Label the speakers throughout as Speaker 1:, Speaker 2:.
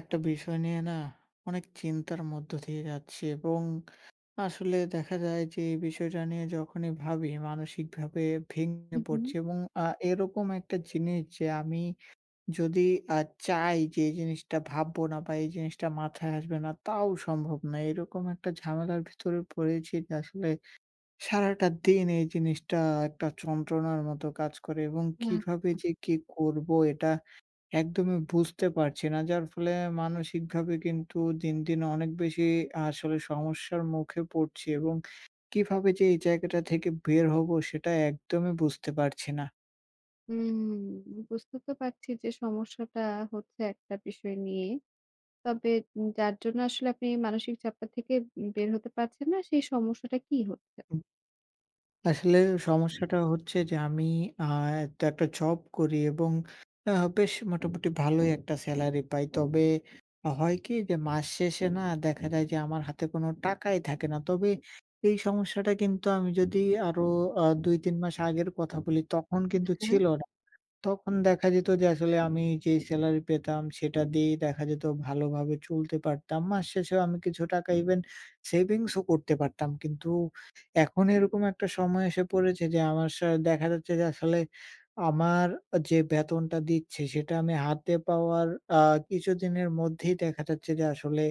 Speaker 1: একটা বিষয় নিয়ে না অনেক চিন্তার মধ্য দিয়ে যাচ্ছি, এবং আসলে দেখা যায় যে এই বিষয়টা নিয়ে যখনই ভাবি মানসিকভাবে ভেঙে
Speaker 2: হুম, হুম।
Speaker 1: পড়ছি। এবং এরকম একটা জিনিস যে আমি যদি আ চাই যে এই জিনিসটা ভাববো না বা এই জিনিসটা মাথায় আসবে না, তাও সম্ভব না। এরকম একটা ঝামেলার ভিতরে পড়েছি যে আসলে সারাটা দিন এই জিনিসটা একটা যন্ত্রণার মতো কাজ করে, এবং
Speaker 2: না,
Speaker 1: কিভাবে যে কি করব এটা একদমই বুঝতে পারছি না। যার ফলে মানসিকভাবে কিন্তু দিন, দিন অনেক বেশি আসলে সমস্যার মুখে পড়ছি, এবং কিভাবে যে এই জায়গাটা থেকে বের হবো সেটা একদমই বুঝতে পারছি না।
Speaker 2: হুম, বুঝতে তো পারছি যে সমস্যাটা হচ্ছে একটা বিষয় নিয়ে। তবে যার জন্য আসলে আপনি মানসিক চাপটা থেকে বের হতে পারছেন না, সেই সমস্যাটা কি হচ্ছে?
Speaker 1: আসলে সমস্যাটা হচ্ছে যে আমি আ তো একটা জব করি, এবং আ বেশ মোটামুটি ভালোই একটা সেলারি পাই। তবে হয় কি যে মাস শেষে না দেখা যায় যে আমার হাতে কোনো টাকাই থাকে না। তবে এই সমস্যাটা কিন্তু আমি যদি আরো ২-৩ মাস আগের কথা বলি, তখন কিন্তু
Speaker 2: হ্যাঁ।
Speaker 1: ছিল না। তখন দেখা যেত যে আসলে আমি যেই সেলারি পেতাম সেটা দিয়েই দেখা যেত ভালোভাবে চলতে পারতাম। মাস শেষেও আমি কিছু টাকা ইভেন সেভিংসও করতে পারতাম। কিন্তু এখন এরকম একটা সময় এসে পড়েছে যে আমার দেখা যাচ্ছে যে আসলে আমার যে বেতনটা দিচ্ছে সেটা আমি হাতে পাওয়ার আ কিছুদিনের মধ্যেই দেখা যাচ্ছে যে আসলে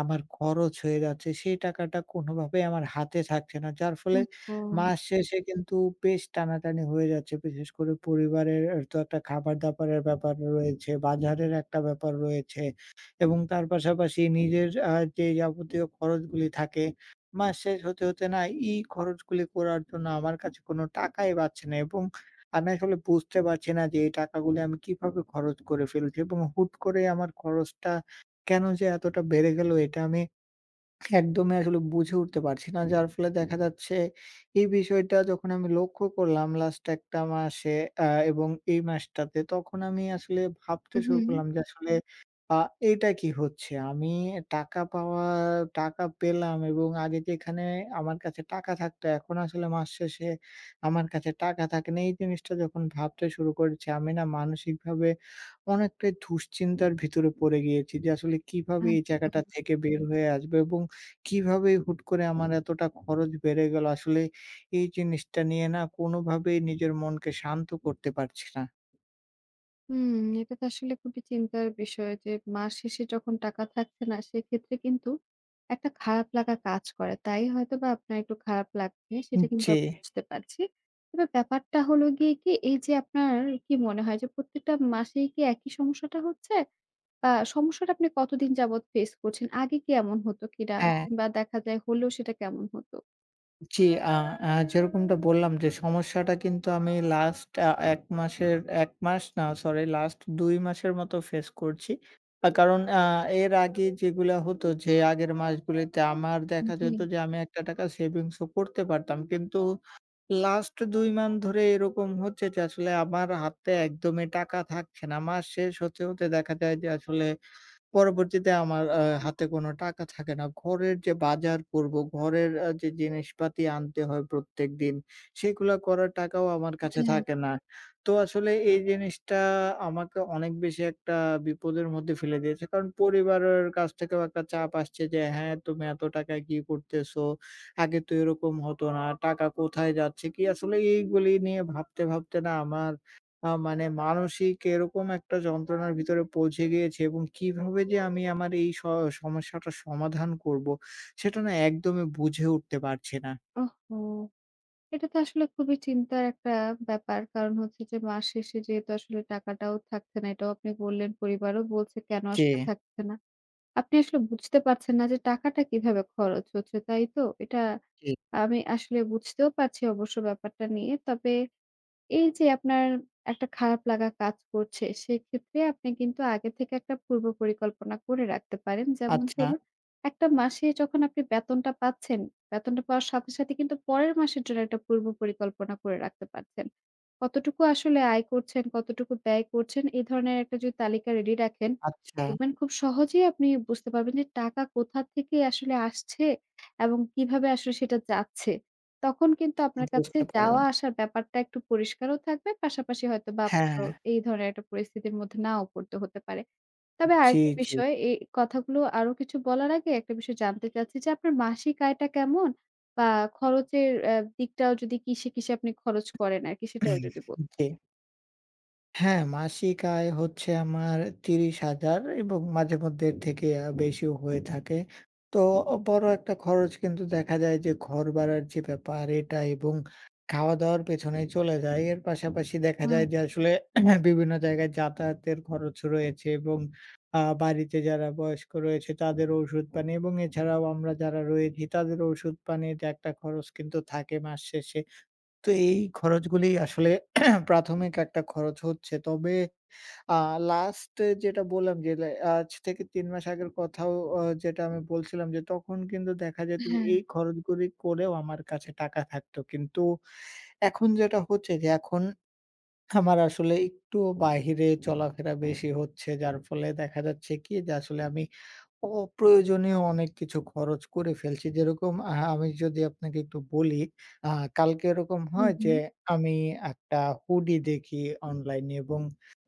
Speaker 1: আমার খরচ হয়ে যাচ্ছে। সেই টাকাটা কোনোভাবেই আমার হাতে থাকছে না। যার ফলে
Speaker 2: উম ও
Speaker 1: মাস শেষে কিন্তু বেশ টানাটানি হয়ে যাচ্ছে। বিশেষ করে পরিবারের এর তো একটা খাবার-দাবারের ব্যাপার রয়েছে, বাজারের একটা ব্যাপার রয়েছে, এবং তার পাশাপাশি নিজের যে যাবতীয় খরচগুলি থাকে, মাস শেষ হতে, হতে না এই খরচগুলি করার জন্য আমার কাছে কোনো টাকাই বাঁচছে না, এবং আমি আসলে বুঝতে পারছি না যে এই টাকাগুলি আমি কিভাবে খরচ করে ফেলছি, এবং হুট করে আমার খরচটা কেন যে এতটা বেড়ে গেল এটা আমি একদমই আসলে বুঝে উঠতে পারছি না। যার ফলে দেখা যাচ্ছে এই বিষয়টা যখন আমি লক্ষ্য করলাম লাস্ট একটা মাসে আ এবং এই মাসটাতে, তখন আমি আসলে ভাবতে শুরু
Speaker 2: হুম,
Speaker 1: করলাম যে আসলে আ এটা কি হচ্ছে? আমি টাকা পাওয়া টাকা পেলাম, এবং আগে যেখানে আমার কাছে টাকা থাকতো এখন আসলে মাস শেষে আমার কাছে টাকা থাকে না। এই জিনিসটা যখন ভাবতে শুরু করেছি আমি না মানসিকভাবে অনেকটাই দুশ্চিন্তার ভিতরে পড়ে গিয়েছি যে আসলে কিভাবে এই জায়গাটা
Speaker 2: আচ্ছা।
Speaker 1: থেকে বের হয়ে আসবো, এবং কিভাবে হুট করে আমার এতটা খরচ বেড়ে গেল? আসলে এই জিনিসটা নিয়ে না কোনোভাবেই নিজের মনকে শান্ত করতে পারছি না।
Speaker 2: হুম, এটা তো আসলে খুবই চিন্তার বিষয় যে মাস শেষে যখন টাকা থাকছে না সেক্ষেত্রে কিন্তু একটা খারাপ লাগা কাজ করে। তাই হয়তোবা আপনার একটু খারাপ লাগছে সেটা কিন্তু
Speaker 1: জি,
Speaker 2: আমি বুঝতে পারছি। তবে ব্যাপারটা হলো গিয়ে কি এই যে আপনার কি মনে হয় যে প্রত্যেকটা মাসেই কি একই সমস্যাটা হচ্ছে? বা সমস্যাটা আপনি কতদিন যাবৎ ফেস করছেন? আগে কি এমন হতো কিনা?
Speaker 1: হ্যাঁ,
Speaker 2: কিংবা দেখা যায় হলেও সেটা কেমন হতো?
Speaker 1: জি, আ আ যেরকমটা বললাম যে সমস্যাটা কিন্তু আমি লাস্ট ১ মাসের ১ মাস না সরি, লাস্ট ২ মাসের মতো ফেস করছি। কারণ এর আগে যেগুলা হতো যে আগের মাসগুলিতে আমার দেখা
Speaker 2: জি,
Speaker 1: যেত যে আমি একটা টাকা সেভিংসও করতে পারতাম। কিন্তু লাস্ট ২ মান্থ ধরে এরকম হচ্ছে যে আসলে আমার হাতে একদমই টাকা থাকছে না। মাস শেষ হতে, হতে দেখা যায় যে আসলে পরবর্তীতে আমার হাতে কোনো টাকা থাকে না। ঘরের যে বাজার করব, ঘরের যে জিনিসপাতি আনতে হয় প্রত্যেকদিন, সেগুলা করার টাকাও আমার কাছে
Speaker 2: হ্যাঁ।
Speaker 1: থাকে না। তো আসলে এই জিনিসটা আমাকে অনেক বেশি একটা বিপদের মধ্যে ফেলে দিয়েছে। কারণ পরিবারের কাছ থেকেও একটা চাপ আসছে যে, "হ্যাঁ, তুমি এত টাকা কি করতেছো? আগে তো এরকম হতো না। টাকা কোথায় যাচ্ছে কি?" আসলে এইগুলি নিয়ে ভাবতে, ভাবতে না আমার মানে মানসিক এরকম একটা যন্ত্রণার ভিতরে পৌঁছে গিয়েছি, এবং কিভাবে যে আমি আমার এই স সমস্যাটার সমাধান করবো, সেটা না একদমই বুঝে উঠতে পারছি না।
Speaker 2: ওহহো! এটা তো আসলে খুবই চিন্তার একটা ব্যাপার। কারণ হচ্ছে যে মাস শেষে যেহেতু আসলে টাকাটাও থাকছে না, এটাও আপনি বললেন, পরিবারও বলছে কেন
Speaker 1: জি,
Speaker 2: আসলে থাকছে না। আপনি আসলে বুঝতে পারছেন না যে টাকাটা কিভাবে খরচ হচ্ছে, তাই তো? এটা
Speaker 1: জি।
Speaker 2: আমি আসলে বুঝতেও পারছি অবশ্য ব্যাপারটা নিয়ে। তবে এই যে আপনার একটা খারাপ লাগা কাজ করছে, সেক্ষেত্রে আপনি কিন্তু আগে থেকে একটা পূর্ব পরিকল্পনা করে রাখতে পারেন। যেমন
Speaker 1: আচ্ছা,
Speaker 2: ধরুন, একটা মাসে যখন আপনি বেতনটা পাচ্ছেন, বেতনটা পাওয়ার সাথে, সাথে কিন্তু পরের মাসের জন্য একটা পূর্ব পরিকল্পনা করে রাখতে পারছেন। কতটুকু আসলে আয় করছেন, কতটুকু ব্যয় করছেন, এই ধরনের একটা যদি তালিকা রেডি রাখেন,
Speaker 1: আচ্ছা,
Speaker 2: দেখবেন খুব সহজেই আপনি বুঝতে পারবেন যে টাকা কোথা থেকে আসলে আসছে এবং কিভাবে আসলে সেটা যাচ্ছে। তখন কিন্তু আপনার কাছে
Speaker 1: বুঝতে
Speaker 2: যাওয়া
Speaker 1: পারলাম।
Speaker 2: আসার ব্যাপারটা একটু পরিষ্কারও থাকবে। পাশাপাশি হয়তোবা
Speaker 1: হ্যাঁ,
Speaker 2: আপনারও এই ধরনের একটা পরিস্থিতির মধ্যে নাও পড়তে হতে পারে। তবে
Speaker 1: জি,
Speaker 2: আরেকটা
Speaker 1: জি,
Speaker 2: বিষয় এই কথাগুলো আরো কিছু বলার আগে একটা বিষয় জানতে চাচ্ছি যে আপনার মাসিক আয়টা কেমন? বা খরচের দিকটাও যদি কিসে, কিসে আপনি খরচ করেন আরকি সেটাও যদি বলতেন?
Speaker 1: জি। হ্যাঁ, মাসিক আয় হচ্ছে আমার ৩০,০০০, এবং মাঝে মধ্যে এর থেকে বেশিও হয়ে থাকে। তো বড় একটা খরচ কিন্তু দেখা যায় যে ঘর ভাড়ার যে ব্যাপার এটা, এবং খাওয়া-দাওয়ার পেছনেই চলে যায়। এর পাশাপাশি দেখা যায় যে
Speaker 2: আচ্ছা।
Speaker 1: আসলে বিভিন্ন জায়গায় যাতায়াতের খরচ রয়েছে, এবং বাড়িতে যারা বয়স্ক রয়েছে তাদের ওষুধ-পানি, এবং এছাড়াও আমরা যারা রয়েছি তাদের ওষুধ-পানির একটা খরচ কিন্তু থাকে মাস শেষে। তো এই খরচগুলি আসলে প্রাথমিক একটা খরচ হচ্ছে। তবে আ লাস্ট যেটা বললাম যে আজ থেকে ৩ মাস আগের কথাও যেটা আমি বলছিলাম যে তখন কিন্তু দেখা যেত যে
Speaker 2: হ্যাঁ।
Speaker 1: এই খরচগুলি করেও আমার কাছে টাকা থাকতো। কিন্তু এখন যেটা হচ্ছে যে এখন আমার আসলে একটু বাহিরে চলাফেরা বেশি হচ্ছে। যার ফলে দেখা যাচ্ছে কি যে আসলে আমি অপ্রয়োজনীয় অনেক কিছু খরচ করে ফেলছি। যেরকম আমি যদি আপনাকে একটু বলি, আ কালকে এরকম
Speaker 2: হু,
Speaker 1: হয়
Speaker 2: হু।
Speaker 1: যে আমি একটা হুডি দেখি অনলাইনে, এবং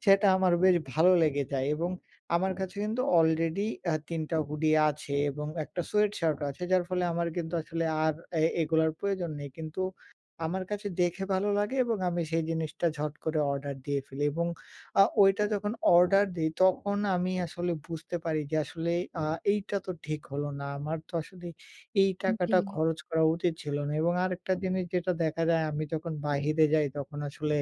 Speaker 1: সেটা আমার বেশ ভালো লেগে যায়, এবং আমার কাছে কিন্তু অলরেডি ৩ টা হুডি আছে, এবং একটা সোয়েট শার্ট আছে। যার ফলে আমার কিন্তু আসলে আর এগুলার প্রয়োজন নেই। কিন্তু আমার কাছে দেখে ভালো লাগে, এবং আমি সেই জিনিসটা ঝট করে অর্ডার দিয়ে ফেলি, এবং ওইটা যখন অর্ডার দেই তখন আমি আসলে বুঝতে পারি যে আসলে আ এইটা তো ঠিক হলো না। আমার তো আসলে এই
Speaker 2: জি।
Speaker 1: টাকাটা খরচ করা উচিত ছিল না, এবং আরেকটা জিনিস যেটা দেখা যায়, আমি যখন বাহিরে যাই তখন আসলে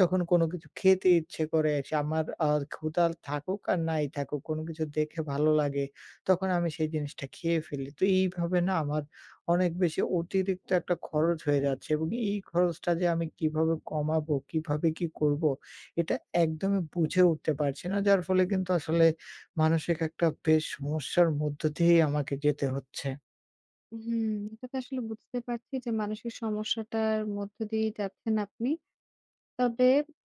Speaker 1: যখন কোনো কিছু খেতে ইচ্ছে করে সে আমার ক্ষুধা থাকুক আর নাই থাকুক কোনো কিছু দেখে ভালো লাগে তখন আমি সেই জিনিসটা খেয়ে ফেলি। তো এইভাবে না আমার অনেক বেশি অতিরিক্ত একটা খরচ হয়ে যাচ্ছে, এবং এই খরচটা যে আমি কিভাবে কমাবো, কিভাবে কি করব এটা একদমই বুঝে উঠতে পারছি না। যার ফলে কিন্তু আসলে মানসিক একটা বেশ সমস্যার মধ্য দিয়েই আমাকে যেতে হচ্ছে।
Speaker 2: হুম। এটা তো আসলে বুঝতে পারছি যে মানসিক সমস্যাটার মধ্য দিয়েই যাচ্ছেন আপনি। তবে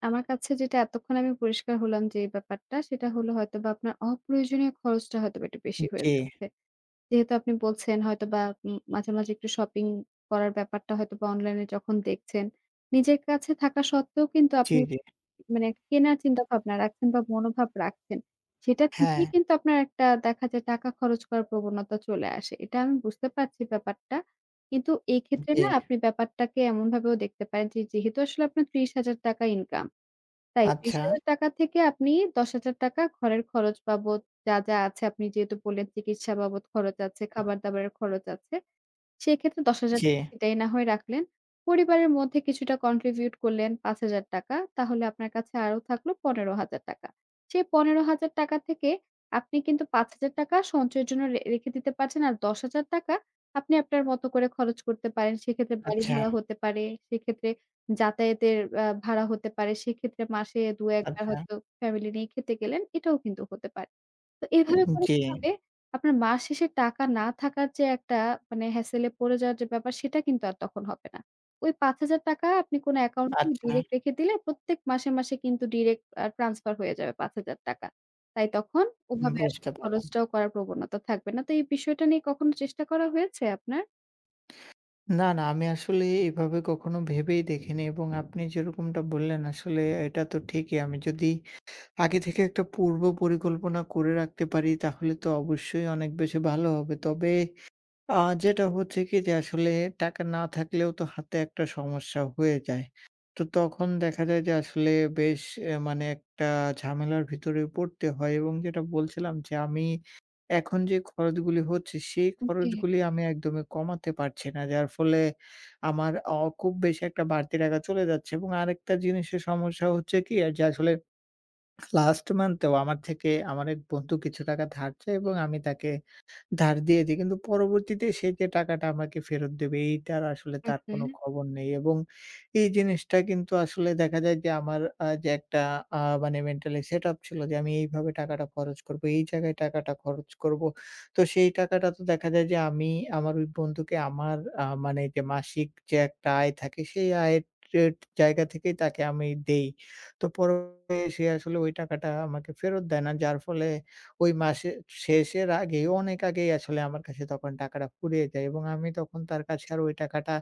Speaker 2: আমার কাছে যেটা এতক্ষণ আমি পরিষ্কার হলাম যে এই ব্যাপারটা, সেটা হলো হয়তোবা আপনার অপ্রয়োজনীয় খরচটা হয়তোবা একটু বেশি হয়ে
Speaker 1: জি,
Speaker 2: যাচ্ছে। যেহেতু আপনি বলছেন হয়তোবা মাঝে, মাঝে একটু শপিং করার ব্যাপারটা হয়তোবা অনলাইনে যখন দেখছেন, নিজের কাছে থাকা সত্ত্বেও কিন্তু
Speaker 1: জি,
Speaker 2: আপনি
Speaker 1: জি।
Speaker 2: মানে কেনার চিন্তাভাবনা রাখছেন বা মনোভাব রাখছেন, সেটা
Speaker 1: হ্যাঁ,
Speaker 2: থেকেই কিন্তু আপনার একটা দেখা যায় টাকা খরচ করার প্রবণতা চলে আসে। এটা আমি বুঝতে পারছি ব্যাপারটা। কিন্তু এই ক্ষেত্রে
Speaker 1: জি।
Speaker 2: না আপনি ব্যাপারটাকে এমনভাবেও দেখতে পারেন যে, যেহেতু আসলে আপনার ৳৩০,০০০ ইনকাম, তাই
Speaker 1: আচ্ছা,
Speaker 2: ৳৩০,০০০ থেকে আপনি ৳১০,০০০ ঘরের খরচ বাবদ যা, যা আছে আপনি যেহেতু বললেন চিকিৎসা বাবদ খরচ আছে, খাবার-দাবারের খরচ আছে। সেক্ষেত্রে ৳১০,০০০
Speaker 1: জি।
Speaker 2: সেটাই না হয়ে রাখলেন। পরিবারের মধ্যে কিছুটা কন্ট্রিবিউট করলেন ৳৫,০০০ তাহলে আপনার কাছে আরো থাকলো ৳১৫,০০০। সেই ৳১৫,০০০ থেকে আপনি কিন্তু ৳৫,০০০ সঞ্চয়ের জন্য রেখে দিতে পারছেন। আর ৳১০,০০০ আপনি আপনার মতো করে খরচ করতে পারেন। সেক্ষেত্রে বাড়ি
Speaker 1: আচ্ছা,
Speaker 2: ভাড়া হতে পারে, সেক্ষেত্রে যাতায়াতের ভাড়া হতে পারে, সেক্ষেত্রে মাসে ২-১ বার
Speaker 1: আচ্ছা।
Speaker 2: হয়তো ফ্যামিলি নিয়ে খেতে গেলেন। এটাও কিন্তু হতে পারে। তো হুম। এভাবে হুম। করে
Speaker 1: জি,
Speaker 2: কি হবে, আপনার মাস শেষে টাকা না থাকার যে একটা মানে হ্যাসেল এ পড়ে যাওয়ার যে ব্যাপার সেটা কিন্তু আর তখন হবে না। ওই ৳৫,০০০ আপনি কোনো অ্যাকাউন্টে
Speaker 1: আচ্ছা।
Speaker 2: ডিরেক্ট রেখে দিলে প্রত্যেক মাসে, মাসে কিন্তু ডিরেক্ট ট্রান্সফার হয়ে যাবে ৳৫,০০০। তাই তখন ওভাবে আসলে
Speaker 1: বুঝতে পারলাম।
Speaker 2: খরচটাও করার প্রবণতা থাকবে না। তো এই বিষয়টা নিয়ে কখনো চেষ্টা করা হয়েছে আপনার?
Speaker 1: না, না, আমি আসলে এভাবে কখনো ভেবেই দেখিনি, এবং আপনি যেরকমটা বললেন আসলে এটা তো ঠিকই। আমি যদি আগে থেকে একটা পূর্ব পরিকল্পনা করে রাখতে পারি তাহলে তো অবশ্যই অনেক বেশি ভালো হবে। তবে আ যেটা হচ্ছে কি যে আসলে টাকা না থাকলেও তো হাতে একটা সমস্যা হয়ে যায়। তো তখন দেখা যায় যে আসলে বেশ মানে একটা ঝামেলার ভিতরে পড়তে হয়, এবং যেটা বলছিলাম যে আমি এখন যে খরচগুলি হচ্ছে সেই
Speaker 2: জি,
Speaker 1: খরচগুলি আমি একদমই কমাতে পারছি না। যার ফলে আমার খুব বেশি একটা বাড়তি টাকা চলে যাচ্ছে, এবং আরেকটা জিনিসের সমস্যা হচ্ছে কি আর যে আসলে লাস্ট মান্থেও আমার থেকে আমার এক বন্ধু কিছু টাকা ধার চায়, এবং আমি তাকে ধার দিয়েছি। কিন্তু পরবর্তীতে সে যে টাকাটা আমাকে ফেরত দেবে এইটার আসলে তার
Speaker 2: ওকে।
Speaker 1: কোনো খবর নেই, এবং এই জিনিসটা কিন্তু আসলে দেখা যায় যে আমার যে একটা মানে মেন্টালি সেটআপ ছিল যে আমি এইভাবে টাকাটা খরচ করব, এই জায়গায় টাকাটা খরচ করব। তো সেই টাকাটা তো দেখা যায় যে আমি আমার ওই বন্ধুকে আমার মানে যে মাসিক যে একটা আয় থাকে সেই আয়ের টের জায়গা থেকেই তাকে আমি দেই। তো পরে সে আসলে ওই টাকাটা আমাকে ফেরত দেয় না। যার ফলে ওই মাসের শেষের আগেই, অনেক আগেই আসলে আমার কাছে তখন টাকাটা ফুরিয়ে যায়, এবং আমি তখন তার কাছে আর ওই টাকাটা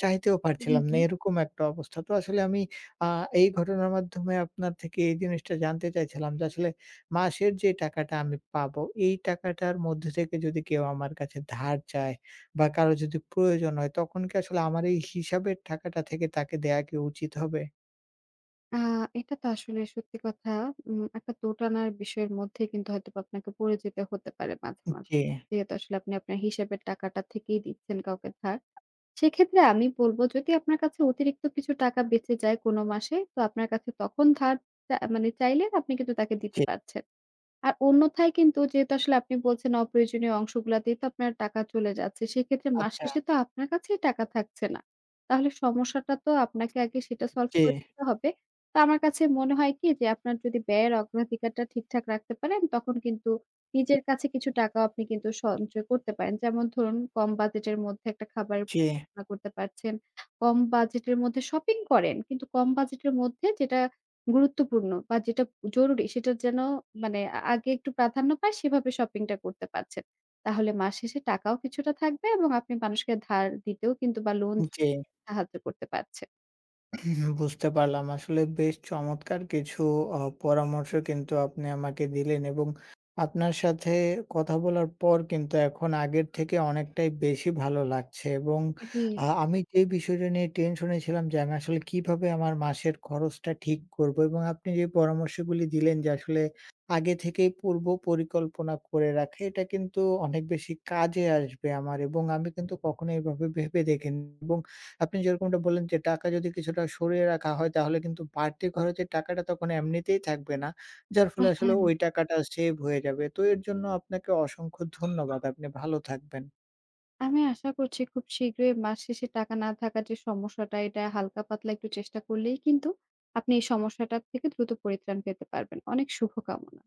Speaker 1: চাইতেও
Speaker 2: হুম,
Speaker 1: পারছিলাম না।
Speaker 2: হুম।
Speaker 1: এরকম একটা অবস্থা। তো আসলে আমি আ এই ঘটনার মাধ্যমে আপনার থেকে এই জিনিসটা জানতে চাইছিলাম যে আসলে মাসের যে টাকাটা আমি পাবো, এই টাকাটার মধ্যে থেকে যদি কেউ আমার কাছে ধার চায় বা কারো যদি প্রয়োজন হয় তখন কি আসলে আমার এই হিসাবের টাকাটা থেকে তাকে দেয়া কি উচিত হবে?
Speaker 2: আ এটা তো আসলে সত্যি কথা, একটা দোটানার বিষয়ের মধ্যে কিন্তু হয়তোবা আপনাকে পড়ে যেতে হতে পারে মাঝে, মাঝে।
Speaker 1: জি,
Speaker 2: যেহেতু আসলে আপনি আপনার হিসাবের টাকাটা থেকেই দিচ্ছেন কাউকে ধার। সেক্ষেত্রে আমি বলব যদি আপনার কাছে অতিরিক্ত কিছু টাকা বেঁচে যায় কোনো মাসে, তো আপনার কাছে তখন ধার মানে চাইলে আপনি কিন্তু তাকে দিতে
Speaker 1: জি।
Speaker 2: পারছেন। আর অন্যথায় কিন্তু যেহেতু আসলে আপনি বলছেন অপ্রয়োজনীয় অংশগুলাতেই তো আপনার টাকা চলে যাচ্ছে। সেক্ষেত্রে মাস
Speaker 1: আচ্ছা।
Speaker 2: শেষে তো আপনার কাছেই টাকা থাকছে না। তাহলে সমস্যাটা তো আপনাকে আগে সেটা সলভ
Speaker 1: জি,
Speaker 2: করে দিতে হবে। তো আমার কাছে মনে হয় কি যে আপনার যদি ব্যয়ের অগ্রাধিকারটা ঠিকঠাক রাখতে পারেন তখন কিন্তু নিজের কাছে কিছু টাকাও আপনি কিন্তু সঞ্চয় করতে পারেন। যেমন ধরুন কম বাজেটের মধ্যে একটা খাবারের
Speaker 1: জি,
Speaker 2: করতে পারছেন। কম বাজেটের মধ্যে শপিং করেন। কিন্তু কম বাজেটের মধ্যে যেটা গুরুত্বপূর্ণ বা যেটা জরুরি সেটা যেন মানে আগে একটু প্রাধান্য পায় সেভাবে শপিংটা করতে পারছেন। তাহলে মাস শেষে টাকাও কিছুটা থাকবে এবং আপনি মানুষকে ধার দিতেও কিন্তু বা লোন দিতে
Speaker 1: জি।
Speaker 2: সাহায্য করতে পারছেন।
Speaker 1: হুম, বুঝতে পারলাম। আসলে বেশ চমৎকার কিছু পরামর্শ কিন্তু আপনি আমাকে দিলেন, এবং আপনার সাথে কথা বলার পর কিন্তু এখন আগের থেকে অনেকটাই বেশি ভালো লাগছে, এবং
Speaker 2: জি।
Speaker 1: আমি যে বিষয়টা নিয়ে টেনশনে ছিলাম যে, আমি আসলে কিভাবে আমার মাসের খরচটা ঠিক করব, এবং আপনি যে পরামর্শগুলি দিলেন যে আসলে আগে থেকেই পূর্ব পরিকল্পনা করে রাখা, এটা কিন্তু অনেক বেশি কাজে আসবে আমার, এবং আমি কিন্তু কখনো এভাবে ভেবে দেখিনি, এবং আপনি যেরকমটা বললেন যে টাকা যদি কিছুটা সরিয়ে রাখা হয় তাহলে কিন্তু বাড়তি খরচের টাকাটা তখন এমনিতেই থাকবে না। যার ফলে আসলে
Speaker 2: হ্যাঁ,
Speaker 1: ওই টাকাটা সেভ হয়ে যাবে। তো এর জন্য আপনাকে অসংখ্য ধন্যবাদ। আপনি ভালো থাকবেন।
Speaker 2: আমি আশা করছি খুব শীঘ্রই মাস শেষে টাকা না থাকার যে সমস্যাটা এটা হালকা পাতলা একটু চেষ্টা করলেই কিন্তু আপনি এই সমস্যাটা থেকে দ্রুত পরিত্রাণ পেতে পারবেন। অনেক শুভকামনা।